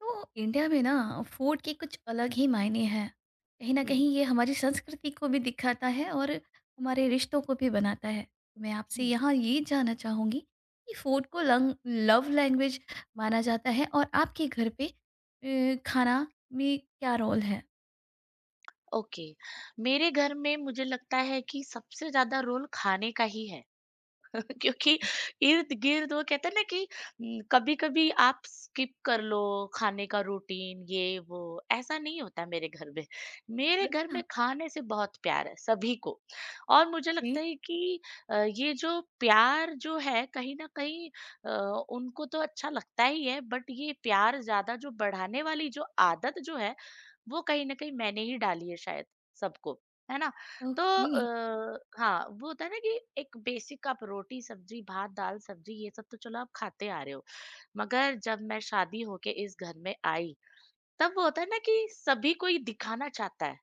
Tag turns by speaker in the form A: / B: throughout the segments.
A: तो इंडिया में ना फूड के कुछ अलग ही मायने हैं। कहीं ना
B: हम्म।
A: कहीं ये हमारी संस्कृति को भी दिखाता है और हमारे रिश्तों को भी बनाता है। तो मैं आपसे
B: हम्म।
A: यहाँ ये जानना चाहूँगी कि फूड को लंग लव लैंग्वेज माना जाता है, और आपके घर पे खाना में क्या रोल है?
B: ओके। मेरे घर में मुझे लगता है कि सबसे ज्यादा रोल खाने का ही है क्योंकि इर्द-गिर्द वो कहते हैं ना कि कभी-कभी आप स्किप कर लो खाने का रूटीन ये वो, ऐसा नहीं होता मेरे घर में। मेरे घर
A: अच्छा।
B: में खाने से बहुत प्यार है सभी को और मुझे
A: ओके।
B: लगता है कि ये जो प्यार जो है कहीं न कहीं अ, उनको तो अच्छा लगता ही है बट ये प्यार ज़्यादा जो बढ़ाने वाली जो आदत जो है, वो कहीं न कहीं मैंने ही डाली है शायद सबको, है ना? तो
A: ओके।
B: हाँ वो होता है ना कि एक बेसिक आप रोटी सब्जी भात दाल सब्जी ये सब तो चलो आप खाते आ रहे हो मगर जब मैं शादी होके इस घर में आई तब वो होता है ना कि सभी कोई दिखाना चाहता है।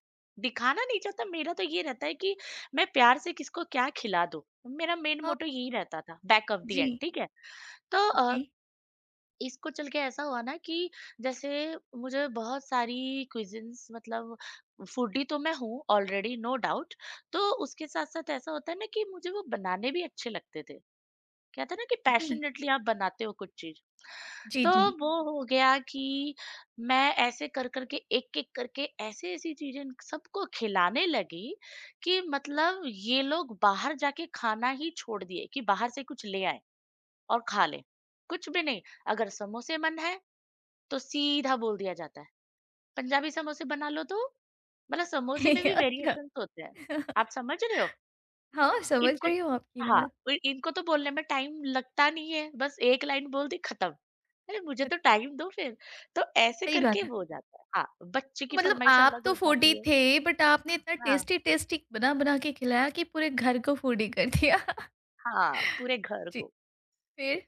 B: दिखाना नहीं चाहता, मेरा तो ये रहता है कि मैं प्यार से किसको क्या खिला दूं। मेरा मेन
A: हाँ।
B: मोटो यही रहता था बैक ऑफ द
A: जी।
B: एंड, ठीक है? तो
A: ओके।
B: इसको चल के ऐसा हुआ ना कि जैसे मुझे बहुत सारी क्विज़िन्स, मतलब फूडी तो मैं हूँ ऑलरेडी, नो डाउट। तो उसके साथ-साथ ऐसा होता है ना कि मुझे वो बनाने भी अच्छे लगते थे। कहते हैं ना कि
A: जी,
B: पैशनेटली आप बनाते हो कुछ चीज़।
A: जी,
B: तो
A: जी।
B: वो हो गया कि मैं ऐसे कर-कर के एक-एक करके ऐसी-ऐसी चीज़ें सबको खिलाने लगी कि मतलब ये लोग बाहर जाके खाना ही छोड़ दिए कि बाहर से कुछ ले आएँ और खा लें। कुछ भी नहीं, अगर समोसे मन है तो सीधा बोल दिया जाता है। पंजाबी समोसे बना लो, तो मतलब समोसे में भी
A: अच्छा।
B: वेरिएशंस होते हैं। आप समझ रहे हो?
A: हाँ, समझ
B: इनको,
A: रही हूँ आपकी
B: हाँ,
A: बात।
B: इ इनको तो बोलने में टाइम लगता नहीं है, बस एक लाइन बोल दी खत्म। अरे मुझे तो टाइम दो फिर, तो ऐसे
A: सही
B: करके
A: बात है।
B: वो हो जाता है। हाँ, बच्चे
A: तो
B: की
A: मतलब
B: फरमाइश
A: आप
B: अलग
A: तो
B: हो
A: फूडी
B: जाती है।
A: थे, बट आपने इतना
B: हाँ।
A: टेस्टी-टेस्टी बना-बना के खिलाया कि पूरे घर को फूडी कर दिया।
B: हाँ, पूरे घर
A: जी,
B: को।
A: फिर?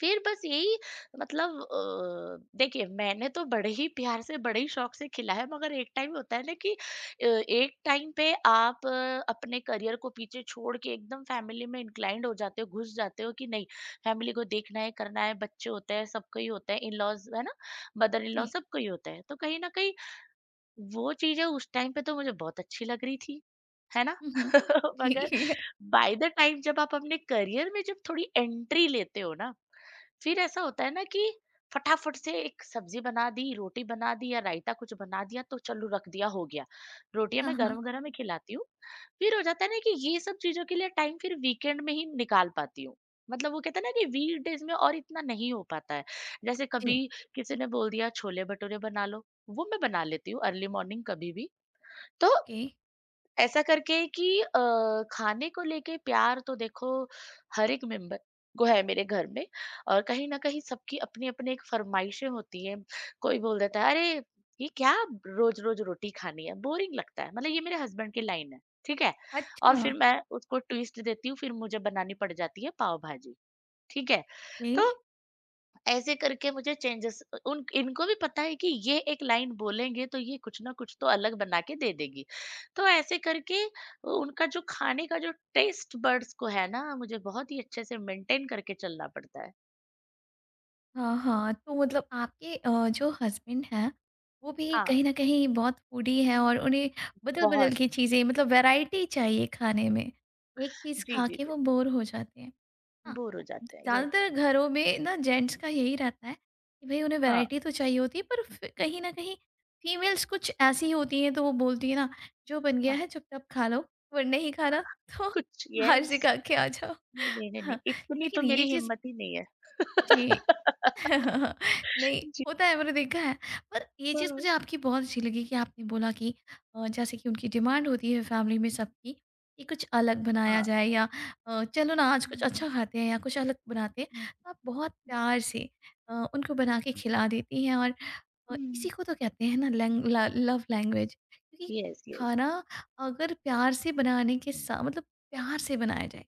B: फिर बस यही, मतलब देखिए मैंने तो बड़े ही प्यार से बड़े ही शौक से खिला है मगर एक टाइम होता है ना कि एक टाइम पे आप अपने करियर को पीछे छोड़ के एकदम फैमिली में इंक्लाइंड हो जाते हो, घुस जाते हो कि नहीं फैमिली को देखना है, करना है, बच्चे होते हैं, सबको ही होता है, इन लॉज है ना, मदर इन लॉ
A: जी।
B: सबको ही होता है, तो कहीं ना कहीं वो चीज़ें उस टाइम पे तो मुझे बहुत अच्छी लग रही थी, है ना?
A: हुँ, हुँ।
B: मगर
A: जी।
B: बाय द टाइम जब आप अपने करियर में जब थोड़ी एंट्री लेते हो ना, फिर ऐसा होता है ना कि फटाफट से एक सब्ज़ी बना दी, रोटी बना दी या रायता कुछ बना दिया तो चलो रख दिया, हो गया। रोटियाँ
A: हाँ,
B: मैं
A: हाँ।
B: गरम-गरम ही खिलाती हूँ। फिर हो जाता है ना कि ये सब चीज़ों के लिए टाइम फिर वीकेंड में ही निकाल पाती हूँ। मतलब वो कहते हैं ना कि वीकडेज़ में और इतना नहीं हो पाता है। जैसे कभी
A: जी,
B: किसी ने बोल दिया छोले भटूरे बना लो, वो मैं बना लेती हूँ अर्ली मॉर्निंग कभी भी। तो
A: ओके।
B: ऐसा करके कि खाने को लेके प्यार तो देखो हर एक मेंबर को है मेरे घर में। और कहीं न कहीं सबकी अपनी-अपनी एक फ़रमाइशें होती हैं। कोई बोल देता है, "अरे! ये क्या रोज़-रोज़ रोटी खानी है, बोरिंग लगता है।" मतलब ये मेरे हस्बैंड की लाइन है, ठीक है? और
A: अच्छा,
B: फिर मैं उसको ट्विस्ट देती हूँ, फिर मुझे बनानी पड़ जाती है पाव भाजी, ठीक है?
A: ओके।
B: तो ऐसे करके मुझे चेंजेस, उन इनको भी पता है कि ये एक लाइन बोलेंगे तो ये कुछ ना कुछ तो अलग बना के दे देगी। तो ऐसे करके उनका जो खाने का जो टेस्ट बड्स को है ना मुझे बहुत ही अच्छे से मेंटेन करके चलना पड़ता है।
A: हाँ, हाँ, तो मतलब आपके जो हस्बैंड हैं, वो भी
B: हाँ,
A: कहीं न कहीं बहुत फूडी हैं, और उन्हें
B: बहुत।
A: बदल-बदल के चीज़ें मतलब वैरायटी चाहिए खाने में। एक चीज़
B: जी,
A: खा
B: जी,
A: के
B: जी।
A: वो बोर हो जाते हैं। हाँ,
B: बोर हो जाते हैं, यस।
A: ज़्यादातर घरों में ना जेंट्स का यही रहता है कि भई उन्हें
B: हाँ,
A: वैरायटी तो चाहिए होती है, पर फ कहीं न कहीं फीमेल्स कुछ ऐसी होती हैं तो वो बोलती है ना, "जो बन गया
B: हाँ।
A: है चुपचाप खा लो, और नहीं खाना तो
B: कुछ,
A: बाहर
B: यस।
A: से खा के आ जाओ।"
B: नहीं, नहीं, नहीं,
A: हाँ,
B: नहीं, इतनी तो
A: लेकिन ये
B: मेरी
A: चीज़,
B: हिम्मत ही नहीं है।
A: जी, नहीं
B: जी।
A: होता है, मैंने देखा है। पर ये चीज़
B: हाँ,
A: मुझे आपकी बहुत अच्छी लगी कि आपने बोला कि जैसे कि उनकी डिमांड होती है फैमिली में सबकी कि कुछ अलग बनाया
B: हाँ।
A: जाए, या चलो ना आज कुछ
B: हुँ,
A: अच्छा खाते हैं या कुछ अलग बनाते हैं।
B: हुँ,
A: तो आप बहुत प्यार से उनको बना के खिला देती हैं, और इसी
B: हुँ।
A: को तो कहते हैं ना लैंग ला लव लैंग्वेज, क्योंकि
B: यस, यस।
A: खाना अगर प्यार से बनाने के सा मतलब प्यार से बनाया जाए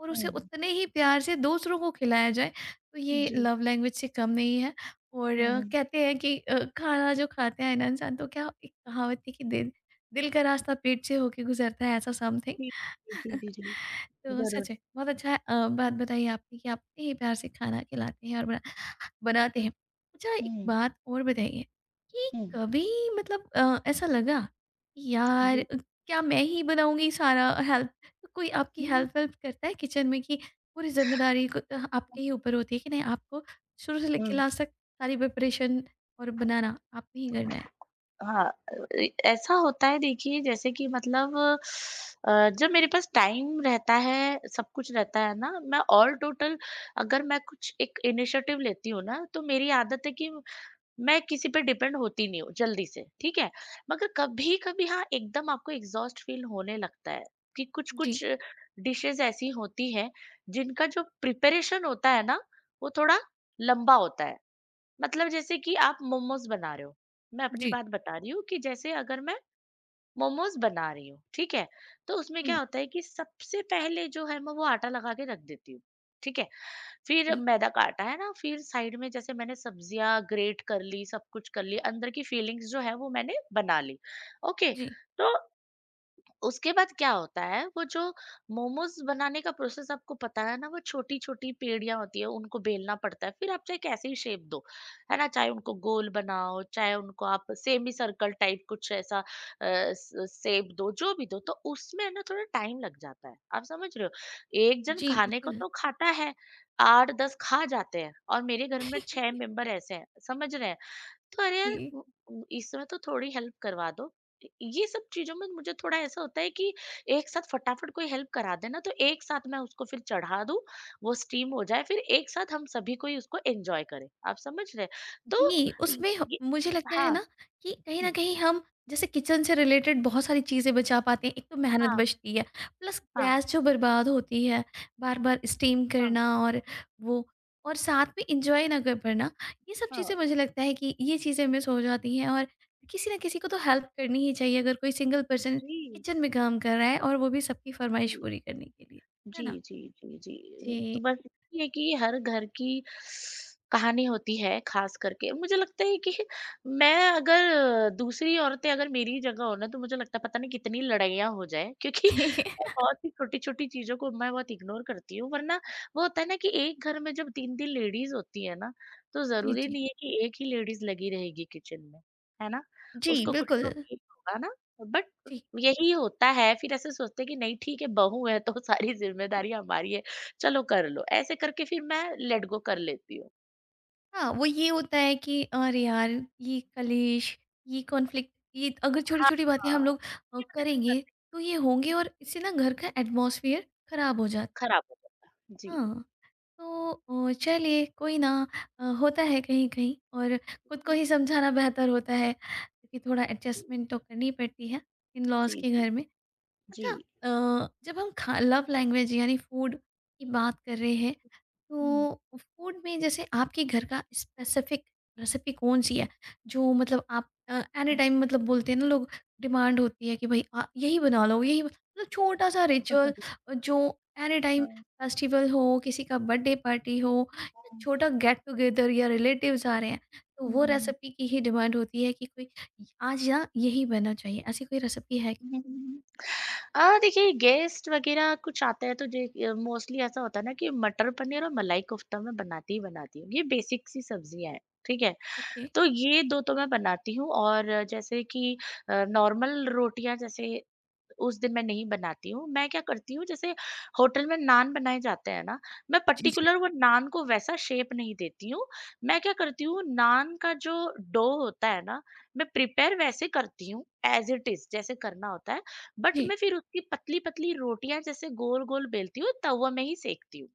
A: और उसे
B: हुँ।
A: उतने ही प्यार से दूसरों को खिलाया जाए, तो ये
B: जी।
A: लव लैंग्वेज से कम नहीं है। और
B: हुँ, हुँ।
A: कहते हैं कि खाना जो खाते हैं ना इंसान, तो क्या एक कहावत थी कि दिल दिल का रास्ता पेट से होके गुजरता है, ऐसा समथिंग।
B: जी, जी, जी, जी, जी।
A: तो
B: ज़रूर।
A: सच में बहुत अच्छा बात बताई आपने कि आप इतने ही प्यार से खाना खिलाते हैं और बनाते हैं। अच्छा, एक
B: हुँ,
A: बात और बताइए कि
B: हुँ।
A: कभी मतलब ऐसा लगा कि यार
B: जी।
A: क्या मैं ही बनाऊँगी सारा हेल्प, तो कोई आपकी
B: हुँ,
A: हेल्प-वेल्प करता है किचन में, कि पूरी ज़िम्मेदारी को आपके ही ऊपर होती है कि नहीं? आपको शुरू से लेके
B: हुँ।
A: लास्ट तक सारी प्रिपरेशन और बनाना आपने ही करना है?
B: हाँ, अ, ए ऐसा होता है देखिए जैसे कि मतलब अ, जब मेरे पास टाइम रहता है, सब कुछ रहता है ना, मैं ऑल टोटल अगर मैं कुछ एक इनिशिएटिव लेती हूँ ना, तो मेरी आदत है कि मैं किसी पे डिपेंड होती नहीं हूँ जल्दी से, ठीक है? मगर कभी कभी हाँ एकदम आपको एग्जॉस्ट फील होने लगता है कि कुछ
A: जी।
B: कुछ डिशेस ऐसी होती हैं जिनका जो प्रिपरेशन होता है ना वो थोड़ा लंबा होता है। मतलब जैसे कि आप मोमोज बना रहे हो, मैं अपनी
A: जी,
B: बात बता रही हूँ कि जैसे अगर मैं मोमोज बना रही हूँ, ठीक है? तो उसमें
A: हुँ,
B: क्या होता है कि सबसे पहले जो है मैं वो आटा लगा के रख देती हूँ, ठीक है? फिर
A: जी,
B: मैदा का आटा है ना, फिर साइड में जैसे मैंने सब्जियां ग्रेट कर ली, सब कुछ कर ली, अंदर की फीलिंग्स जो है वो मैंने बना ली, ओके।
A: जी,
B: तो उसके बाद क्या होता है वो जो मोमोज बनाने का प्रोसेस आपको पता है ना वो छोटी छोटी पेड़ियां होती है उनको बेलना पड़ता है, फिर आप चाहे कैसे ही शेप दो, है ना, चाहे उनको गोल बनाओ चाहे उनको आप सेमी सर्कल टाइप कुछ ऐसा शेप दो, जो भी दो तो उसमें ना थोड़ा टाइम लग जाता है। आप समझ रहे हो, एक जन
A: जी,
B: खाने को
A: बिल्कुल।
B: तो खाता है आठ दस खा जाते हैं और मेरे घर में छह मेंबर ऐसे हैं, समझ रहे हैं? तो अरे यार
A: जी।
B: उ उ इस समय तो थोड़ी हेल्प करवा दो। इ ये सब चीज़ों में मुझे थोड़ा ऐसा होता है कि एक साथ फटाफट कोई हेल्प करा दे ना तो एक साथ मैं उसको फिर चढ़ा दूँ, वो स्टीम हो जाए, फिर एक साथ हम सभी कोई उसको एन्जॉय करें। आप समझ रहे हैं? तो
A: जी,
B: इ
A: उसमें ह
B: ये
A: मुझे लगता है
B: हाँ,
A: ना कि कहीं न
B: हुँ।
A: कहीं हम जैसे किचन से रिलेटेड बहुत सारी चीज़ें बचा पाते हैं। एक तो मेहनत
B: हाँ,
A: बचती है, प्लस
B: हाँ,
A: गैस जो बर्बाद होती है, बार-बार स्टीम
B: हाँ,
A: करना, और वो, और साथ में एन्जॉय ना कर पाना, ये सब चीज़ें
B: हाँ।
A: मुझे लगता है कि ये चीज़ें मिस हो जाती हैं। और किसी न किसी को तो हेल्प करनी ही चाहिए, अगर कोई सिंगल पर्सन
B: जी,
A: किचन में काम कर रहा है, और वो भी सबकी फ़रमाइश
B: जी।
A: पूरी करने के लिए। है ना?
B: जी, जी, जी, जी।
A: जी।
B: तो बस ये है कि हर घर की कहानी होती है ख़ास करके। मुझे लगता है कि मैं अगर दूसरी औरतें अगर मेरी जगह हो ना तो मुझे लगता है पता नहीं कितनी लड़ाइयाँ हो जाएँ क्योंकि मैं बहुत ही छोटी-छोटी चीज़ों को मैं बहुत इग्नोर करती हूँ। वरना वो होता है ना कि एक घर में जब 3-3 लेडीज़ होती है ना, तो
A: जी,
B: ज़रूरी
A: जी।
B: नहीं है कि एक ही लेडीज़ लगी रहेगी किचन में, है ना?
A: जी,
B: उसको कुछ तो
A: बिल्कुल।
B: ठीक होगा ना? बट
A: जी।
B: यही होता है, फिर ऐसे सोचते हैं कि नहीं ठीक है, बहू है तो सारी ज़िम्मेदारी हमारी है, चलो कर लो। ऐसे करके फिर मैं लेट गो कर लेती हूँ।
A: हाँ, वो ये होता है कि अरे यार ये कलेश, ये कॉन्फ्लिक्ट, ये अगर
B: हाँ,
A: छोटी-छोटी बातें हम लोग
B: ये मुझे,
A: करेंगे, तो ये होंगे, और इससे ना घर का एटमॉस्फेयर खराब हो जाता है।
B: खराब हो गया। जी।
A: हाँ, तो चलिए कोई ना, होता है कहीं-कहीं, और खुद को ही समझाना बेहतर होता है, क्योंकि थोड़ा एडजस्टमेंट तो करनी पड़ती है
B: जी,
A: इन-लॉज़ के
B: जी,
A: घर में।
B: जी।
A: अच्छा, जब हम खा लव लैंग्वेज यानी फूड की बात कर रहे हैं,
B: हुँ।
A: तो फूड में जैसे आपके घर का स्पेसिफिक रेसिपी कौन सी है, जो मतलब आप एनी टाइम मतलब बोलते हैं ना लोग, डिमांड होती है कि भाई यही बना लो, मतलब छोटा सा रिचुअल जो एनी टाइम
B: हाँ।
A: फेस्टिवल हो, किसी का बर्थडे पार्टी हो, या छोटा गेट टुगेदर, या रिलेटिव्स आ रहे हैं, तो
B: हुँ,
A: वो
B: हुँ, हुँ।
A: रेसिपी की ही डिमांड होती है कि कोई आज ना यही बनना चाहिए, ऐसी कोई रेसिपी है क्या?
B: हुँ, हुँ, हुँ। देखिए गेस्ट वगैरह कुछ आते हैं तो जे मोस्टली ऐसा होता है ना कि मटर पनीर और मलाई कोफ्ता मैं बनाती ही बनाती हूँ। ये बेसिक सी सब्जियाँ हैं, ठीक है?
A: ओके।
B: तो ये 2 तो मैं बनाती हूँ और जैसे कि नॉर्मल रोटियाँ जैसे उस दिन मैं नहीं बनाती हूँ। मैं क्या करती हूँ, जैसे होटल में नान बनाए जाते हैं ना, मैं पर्टिकुलर वो नान को वैसा शेप नहीं देती हूँ। मैं क्या करती हूँ, नान का जो डो होता है ना, मैं प्रिपेयर वैसे करती हूँ एज़ इट इज़ जैसे करना होता है। बट
A: जी,
B: मैं फिर उसकी पतली-पतली रोटियाँ जैसे गोल-गोल बेलती हूँ, तवा में ही सेकती हूँ।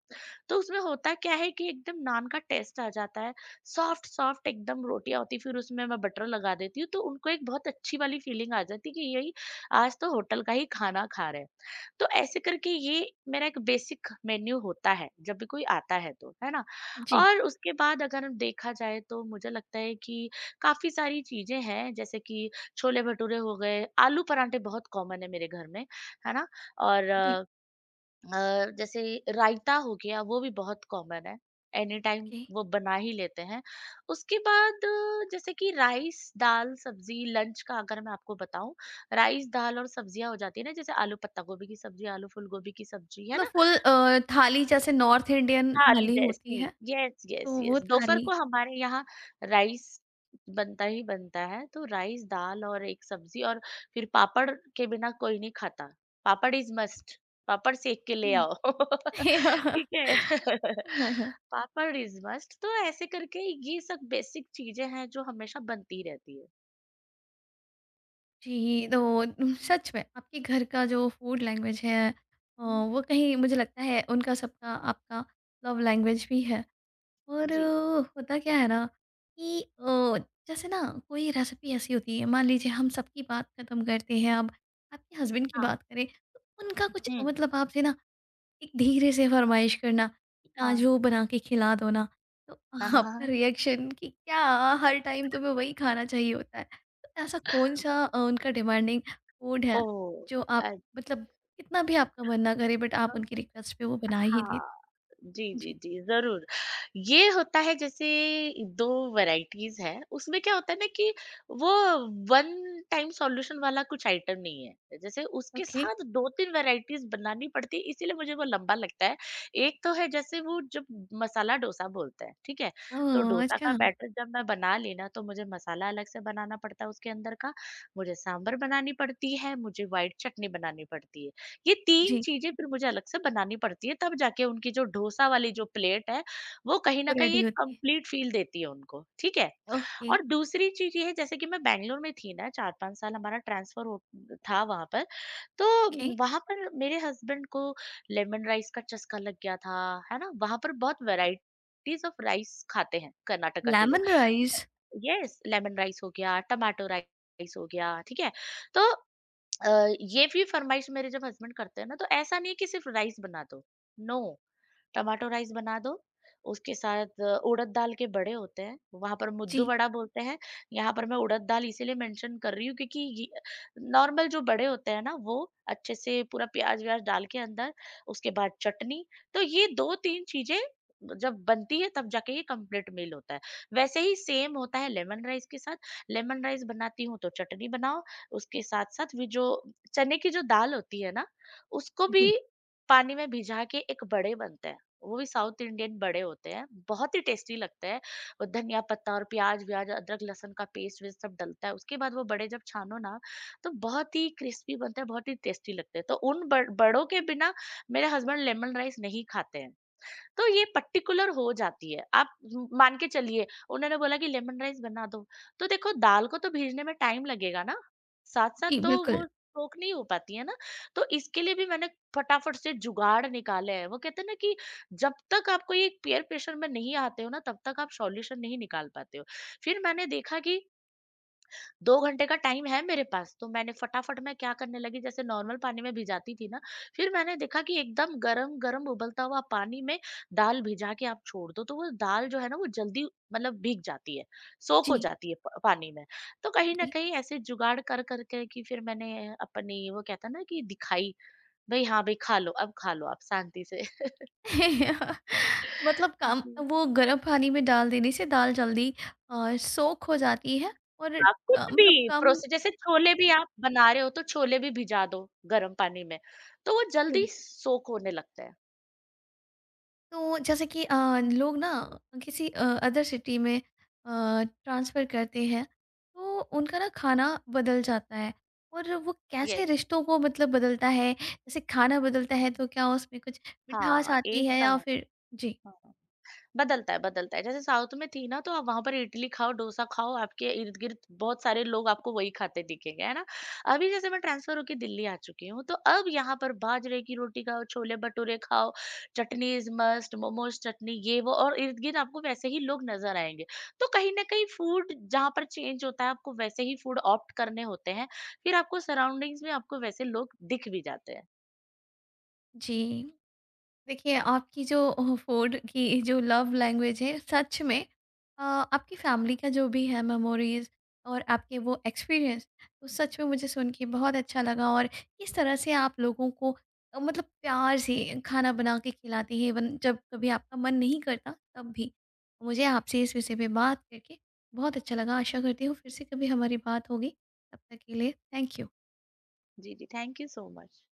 B: तो उसमें होता क्या है कि एकदम नान का टेस्ट आ जाता है। सॉफ्ट सॉफ्ट एकदम रोटियाँ होती हैं, फिर उसमें मैं बटर लगा देती हूँ, तो उनको एक बहुत अच्छी वाली फीलिंग आ जाती है कि यही आज तो होटल का ही खाना खा रहे हैं। तो ऐसे करके ये मेरा एक बेसिक मेन्यू होता है, जब भी कोई आता है तो, है ना?
A: जी,
B: और उसके बाद अगर हम देखा जाए तो मुझे लगता है कि काफ़ी सारी चीज़ें हैं, जैसे कि छोले भटूरे हो गए, आलू पराठे बहुत कॉमन है मेरे घर में, है ना? और
A: जी।
B: जैसे रायता हो गया वो भी बहुत कॉमन है, एनी टाइम
A: ओके।
B: वो बना ही लेते हैं। उसके बाद जैसे कि राइस दाल सब्जी, लंच का अगर मैं आपको बताऊं, राइस दाल और सब्जियां हो जाती है ना, जैसे आलू पत्ता गोभी की सब्जी, आलू फूल गोभी की सब्जी, है
A: मतलब
B: ना?
A: फुल थाली, जैसे नॉर्थ इंडियन
B: थाली
A: थाली होती
B: जैसी।
A: है,
B: यस,
A: तो
B: यस,
A: वो
B: यस, दोपहर
A: थाली।
B: को हमारे यहाँ राइस बनता ही बनता है, तो राइस दाल और एक सब्जी और फिर पापड़ के बिना कोई नहीं खाता। पापड़ इज मस्ट। पापड़ सेक के ले
A: जी।
B: आओ
A: हाँ,
B: ठीक है
A: हाँ।
B: पापड़ इज मस्ट, तो ऐसे करके ये सब बेसिक चीजें हैं जो हमेशा बनती रहती है।
A: जी, तो सच में आपके घर का जो फूड लैंग्वेज है
B: हम्म,
A: वो कहीं मुझे लगता है उनका सबका आपका लव लैंग्वेज भी है। और
B: जी।
A: होता क्या है ना कि जैसे ना कोई रेसिपी ऐसी होती है, मान लीजिए हम सबकी बात खत्म करते हैं अब, आपके हस्बैंड की
B: हाँ।
A: बात करें, तो उनका कुछ
B: हम्म।
A: मतलब आपसे ना एक धीरे से फरमाइश करना कि आज
B: हाँ,
A: वो बना के खिला दो ना, तो
B: हाँ, हाँ, हाँ,
A: आपका
B: हाँ।
A: रिएक्शन कि क्या हर टाइम तुम्हें वही खाना चाहिए होता है। तो ऐसा कौन-सा उनका डिमांडिंग फूड है
B: ओ,
A: जो आप
B: अच्छा।
A: मतलब कितना भी आपका मन ना करे बट आप उनकी रिक्वेस्ट पे वो बना ही दें?
B: हाँ, जी, जी,
A: जी,
B: जी, ज़रूर। ये होता है जैसे 2 वैराइटीज़ हैं, उसमें क्या होता है ना कि वो वन टाइम सॉल्यूशन वाला कुछ आइटम नहीं है। जैसे उसके
A: ओके।
B: साथ 2-3 वैराइटीज़ बनानी पड़ती है, इसीलिए मुझे वो लंबा लगता है। एक तो है जैसे वो जब मसाला डोसा बोलते हैं, ठीक है? तो
A: ओह!
B: डोसा
A: अच्छा।
B: का बैटर जब मैं बना ली ना, तो मुझे मसाला अलग से बनाना पड़ता है उसके अंदर का, मुझे सांभर बनानी पड़ती है, मुझे व्हाइट चटनी बनानी पड़ती है। ये 3
A: जी,
B: चीज़ें फिर मुझे अलग से बनानी पड़ती है, तब जाके उनकी जो डोसा वाली जो प्लेट है, वो कहीं
A: वो
B: न कहीं
A: रेडी
B: एक
A: होती है।
B: कंप्लीट फ़ील देती है उनको, ठीक है?
A: ओके,
B: और दूसरी चीज़ ये है, जैसे कि मैं बैंगलोर में थी ना, 4-5 साल हमारा ट्रांसफ़र हो था वहाँ पर,
A: ओके।
B: तो वहाँ पर मेरे हस्बैंड को लेमन राइस का चस्का लग गया था, है ना? वहाँ पर बहुत वैराइटीज़ ऑफ राइस खाते हैं कर्नाटका के लोग।
A: Lemon rice.
B: Yes, lemon rice हो गया, टोमेटो राइस हो गया, ठीक है? तो अ, ये भी फरमाइश मेरे जब हस्बैंड करते हैं ना, तो ऐसा नहीं है कि सिर्फ राइस बना दो, नो, टमाटो राइस बना दो, उसके साथ उड़द दाल के बड़े होते हैं, वहाँ पर मुद्दू
A: जी,
B: वड़ा बोलते हैं, यहाँ पर मैं उड़द दाल इसीलिए मेंशन कर रही हूँ क्योंकि ये नॉर्मल जो बड़े होते हैं ना, वो अच्छे से पूरा प्याज़-व्याज़ डाल के अंदर, उसके बाद चटनी, तो ये 2-3 चीज़ें जब बनती है तब जाके ये कंप्लीट मील होता है। वैसे ही सेम होता है लेमन राइस के साथ, लेमन राइस बनाती हूँ तो चटनी बनाओ, उसके साथ-साथ भी जो चने की जो दाल होती है ना, उसको भी
A: जी,
B: पानी में भिजा के एक बड़े बनते हैं। वो भी साउथ इंडियन बड़े होते हैं, बहुत ही टेस्टी लगते हैं। और धनिया पत्ता और प्याज़-व्याज़, अदरक-लहसुन का पेस्ट-वेस्ट सब डलता है। उसके बाद वो बड़े जब छानो ना, तो बहुत ही क्रिस्पी बनते हैं, बहुत ही टेस्टी लगते हैं। तो उन बड़ों के बिना मेरे हस्बैंड लेमन राइस नहीं खाते हैं। तो ये पर्टिकुलर हो जाती है। आप म मान के चलिए उन्होंने बोला कि लेमन राइस बना दो, तो देखो दाल को तो भीजने में टाइम लगेगा ना, साथ-साथ
A: जी,
B: तो
A: बिल्कुल।
B: वो कुक नहीं हो पाती है ना, तो इसके लिए भी मैंने फटाफट से जुगाड़ निकाले हैं। वो कहते हैं ना कि जब तक आपको ये पीयर प्रेशर में नहीं आते हो ना, तब तक आप सॉल्यूशन नहीं निकाल पाते हो। फिर मैंने देखा कि 2 घंटे का टाइम है मेरे पास, तो मैंने फटाफट मैं क्या करने लगी, जैसे नॉर्मल पानी में भिजाती थी ना, फिर मैंने देखा कि एकदम गरम-गरम उबलता हुआ पानी में दाल भिजा के आप छोड़ दो, तो वो दाल जो है ना वो जल्दी मतलब भीग जाती है, सोक हो
A: जी,
B: जाती है प पानी में। तो कहीं न
A: जी।
B: कहीं ऐसे जुगाड़ कर, कर के कि फिर मैंने अपनी, वो कहते हैं ना, कि दिखाई, भई हाँ, भई खा लो, अब खा लो आप शांति से।
A: मतलब काम
B: जी।
A: वो गर्म पानी में डाल देने से दाल जल्दी सोख हो जाती है, और
B: हाँ, कुछ
A: मतलब
B: भी
A: कम।
B: प्रोसे, जैसे छोले भी आप बना रहे हो तो छोले भी भिजा दो गर्म पानी में, तो वो
A: ओके,
B: जल्दी सोक होने लगते हैं।
A: तो जैसे कि लोग ना किसी अदर सिटी में ट्रांसफ़र करते हैं, तो उनका ना खाना बदल जाता है, और वो कैसे
B: यस।
A: रिश्तों को मतलब बदलता है, जैसे खाना बदलता है
B: हुँ।
A: तो क्या उसमें कुछ मिठास
B: हाँ,
A: आती है या
B: एकदम।
A: फिर। जी।
B: हाँ। बदलता है, बदलता है। जैसे साउथ में थी ना तो आप वहाँ पर इडली खाओ, डोसा खाओ, आपके इर्द-गिर्द बहुत सारे लोग आपको वही खाते दिखेंगे, है ना? अभी जैसे मैं ट्रांसफ़र होके दिल्ली आ चुकी हूँ, तो अब यहाँ पर बाजरे की रोटी खाओ, छोले-भटूरे खाओ, चटनीज़ मस्ट, मोमोज़ चटनी ये वो, और इर्द-गिर्द आपको वैसे ही लोग नज़र आएँगे। तो कहीं न कहीं फूड जहाँ पर चेंज होता है, आपको वैसे ही फूड ऑप्ट करने होते हैं, फिर आपको सराउंडिंग्स में आपको वैसे लोग दिख भी जाते हैं।
A: जी। देखिए, आपकी जो फ़ूड की जो लव लैंग्वेज है सच में, आपकी फ़ैमिली का जो भी है मेमोरीज़ और आपके वो एक्सपीरियंस, तो सच में मुझे सुन के बहुत अच्छा लगा, और किस तरह से आप लोगों को मतलब प्यार से खाना बना के खिलाती हैं, इवन जब कभी आपका मन नहीं करता तब भी। मुझे आपसे इस विषय पे बात करके बहुत अच्छा लगा। आशा करती हूँ फिर से कभी हमारी बात होगी। तब तक के लिए थैंक यू।
B: जी, जी। Thank you so much.